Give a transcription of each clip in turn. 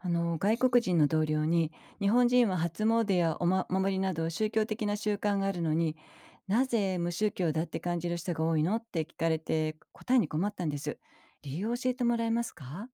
あの外国人の同僚に、日本人は初詣やおま守りなど宗教的な習慣があるのに、なぜ無宗教だって感じる人が多いのって聞かれて答えに困ったんです。理由を教えてもらえますか？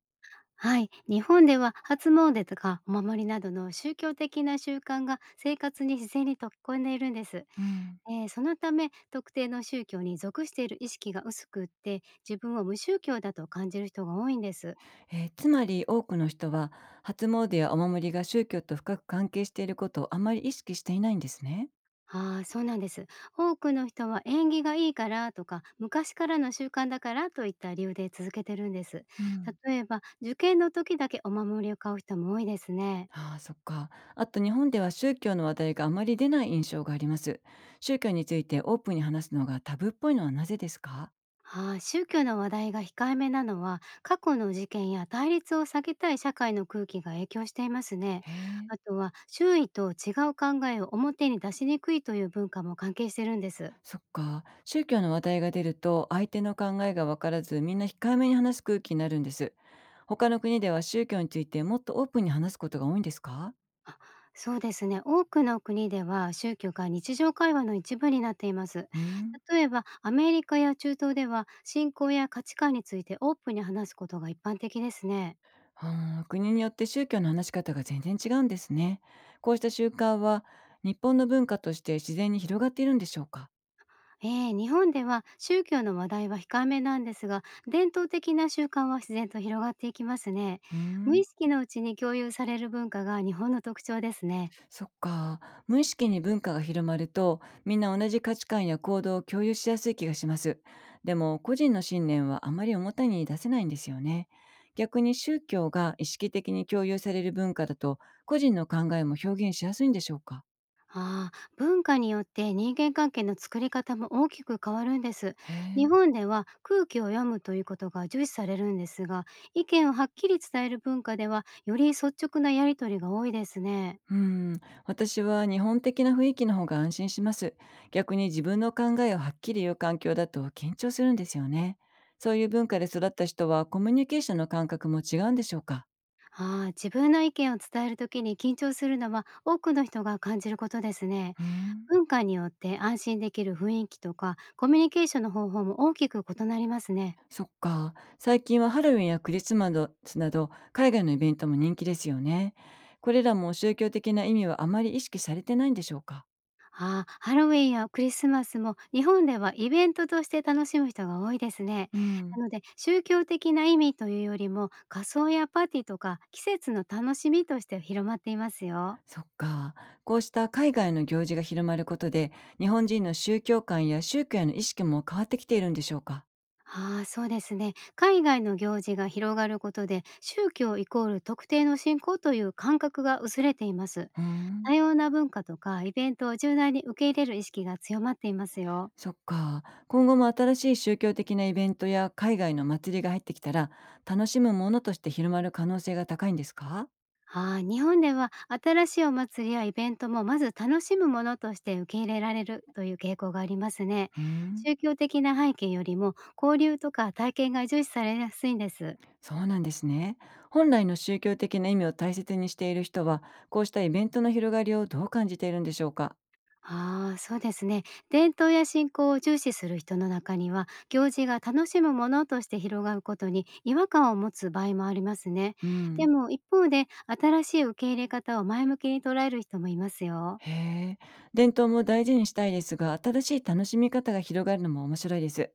はい、日本では初詣とかお守りなどの宗教的な習慣が生活に自然に溶け込んでいるんです。うん。そのため、特定の宗教に属している意識が薄くって、自分を無宗教だと感じる人が多いんです。つまり多くの人は、初詣やお守りが宗教と深く関係していることをあまり意識していないんですね。ああ、そうなんです。多くの人は、縁起がいいからとか昔からの習慣だからといった理由で続けてるんです。うん。例えば、受験の時だけお守りを買う人も多いですね。ああ、そっか。あと日本では宗教の話題があまり出ない印象があります。宗教についてオープンに話すのがタブーっぽいのはなぜですか？宗教の話題が控えめなのは、過去の事件や対立を避けたい社会の空気が影響していますね。へえ。あとは、周囲と違う考えを表に出しにくいという文化も関係してるんです。そっか。宗教の話題が出ると、相手の考えがわからず、みんな控えめに話す空気になるんです。他の国では宗教についてもっとオープンに話すことが多いんですか？そうですね。多くの国では宗教が日常会話の一部になっています。うん。例えば、アメリカや中東では信仰や価値観についてオープンに話すことが一般的ですね。あー、国によって宗教の話し方が全然違うんですね。こうした習慣は、日本の文化として自然に広がっているんでしょうか？ええ、日本では宗教の話題は控えめなんですが、伝統的な習慣は自然と広がっていきますね。う無意ん。識のうちに共有される文化が日本の特徴ですね。そっか。無意識に文化が広まると、みんな同じ価値観や行動を共有しやすい気がします。でも、個人の信念はあまり表に出せないんですよね。逆に宗教が意識的に共有される文化だと、個人の考えも表現しやすいんでしょうか？ああ、文化によって人間関係の作り方も大きく変わるんです。へ日え。本では空気を読むということが重視されるんですが、意見をはっきり伝える文化では、より率直なやり取りが多いですね。うん。私は日本的な雰囲気の方が安心します。逆に自分の考えをはっきり言う環境だと緊張するんですよね。そういう文化で育った人はコミュニケーションの感覚も違うんでしょうか？ああ、自分の意見を伝えるときに緊張するのは、多くの人が感じることですね。うん。文化によって、安心できる雰囲気とかコミュニケーションの方法も大きく異なりますね。そっか。最近はハロウィンやクリスマスなど海外のイベントも人気ですよね。これらも宗教的な意味はあまり意識されてないんでしょうか？ああ、ハロウィンやクリスマスも、日本ではイベントとして楽しむ人が多いですね。うん。なので、宗教的な意味というよりも、仮装やパーティーとか季節の楽しみとして広まっていますよ。そっか。こうした海外の行事が広まることで、日本人の宗教観や宗教への意識も変わってきているんでしょうか？ああ、そうですね。海外の行事が広がることで、宗教イコール特定の信仰という感覚が薄れています。うーん。多様な文化とかイベントを柔軟に受け入れる意識が強まっていますよ。そっか。今後も新しい宗教的なイベントや海外の祭りが入ってきたら、楽しむものとして広まる可能性が高いんですか？ああ、日本では新しいお祭りやイベントも、まず楽しむものとして受け入れられるという傾向がありますね。うーん。宗教的な背景よりも、交流とか体験が重視されやすいんです。そうなんですね。本来の宗教的な意味を大切にしている人は、こうしたイベントの広がりをどう感じているんでしょうか？ああ、そうですね。伝統や信仰を重視する人の中には、行事が楽しむものとして広がることに違和感を持つ場合もありますね。うでん。も一方で、新しい受け入れ方を前向きに捉える人もいますよ。へえ。伝統も大事にしたいですが、新しい楽しみ方が広がるのも面白いです。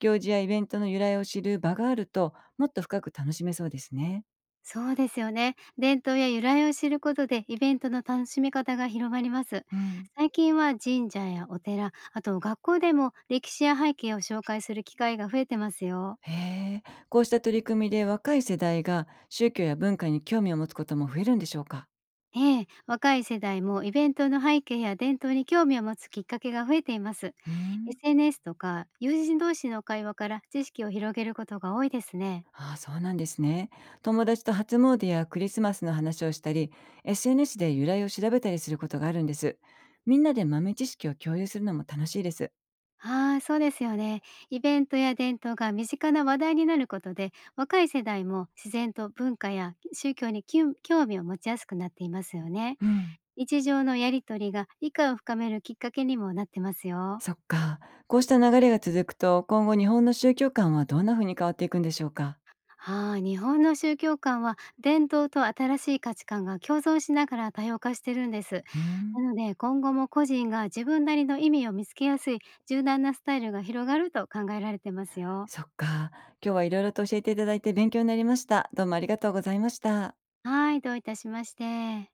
行事やイベントの由来を知る場があると、もっと深く楽しめそうですね。そうですよね。伝統や由来を知ることで、イベントの楽しみ方が広まります。うん。最近は神社やお寺、あと学校でも、歴史や背景を紹介する機会が増えてますよ。へえ。こうした取り組みで若い世代が宗教や文化に興味を持つことも増えるんでしょうか？ええ、若い世代もイベントの背景や伝統に興味を持つきっかけが増えています。うん。SNS とか友人同士の会話から知識を広げることが多いですね。ああ、そうなんですね。友達と初詣やクリスマスの話をしたり、SNS で由来を調べたりすることがあるんです。みんなで豆知識を共有するのも楽しいです。ああ、そうですよね。イベントや伝統が身近な話題になることで、若い世代も自然と文化や宗教に興味を持ちやすくなっていますよね。うん。日常のやりとりが理解を深めるきっかけにもなってますよ。そっか。こうした流れが続くと、今後日本の宗教観はどんな風に変わっていくんでしょうか。はあ、日本の宗教観は、伝統と新しい価値観が共存しながら多様化してるんです。うなん。ので、今後も個人が自分なりの意味を見つけやすい柔軟なスタイルが広がると考えられてますよ。そっか。今日はいろいろと教えていただいて勉強になりました。どうもありがとうございました。はい、どういたしまして。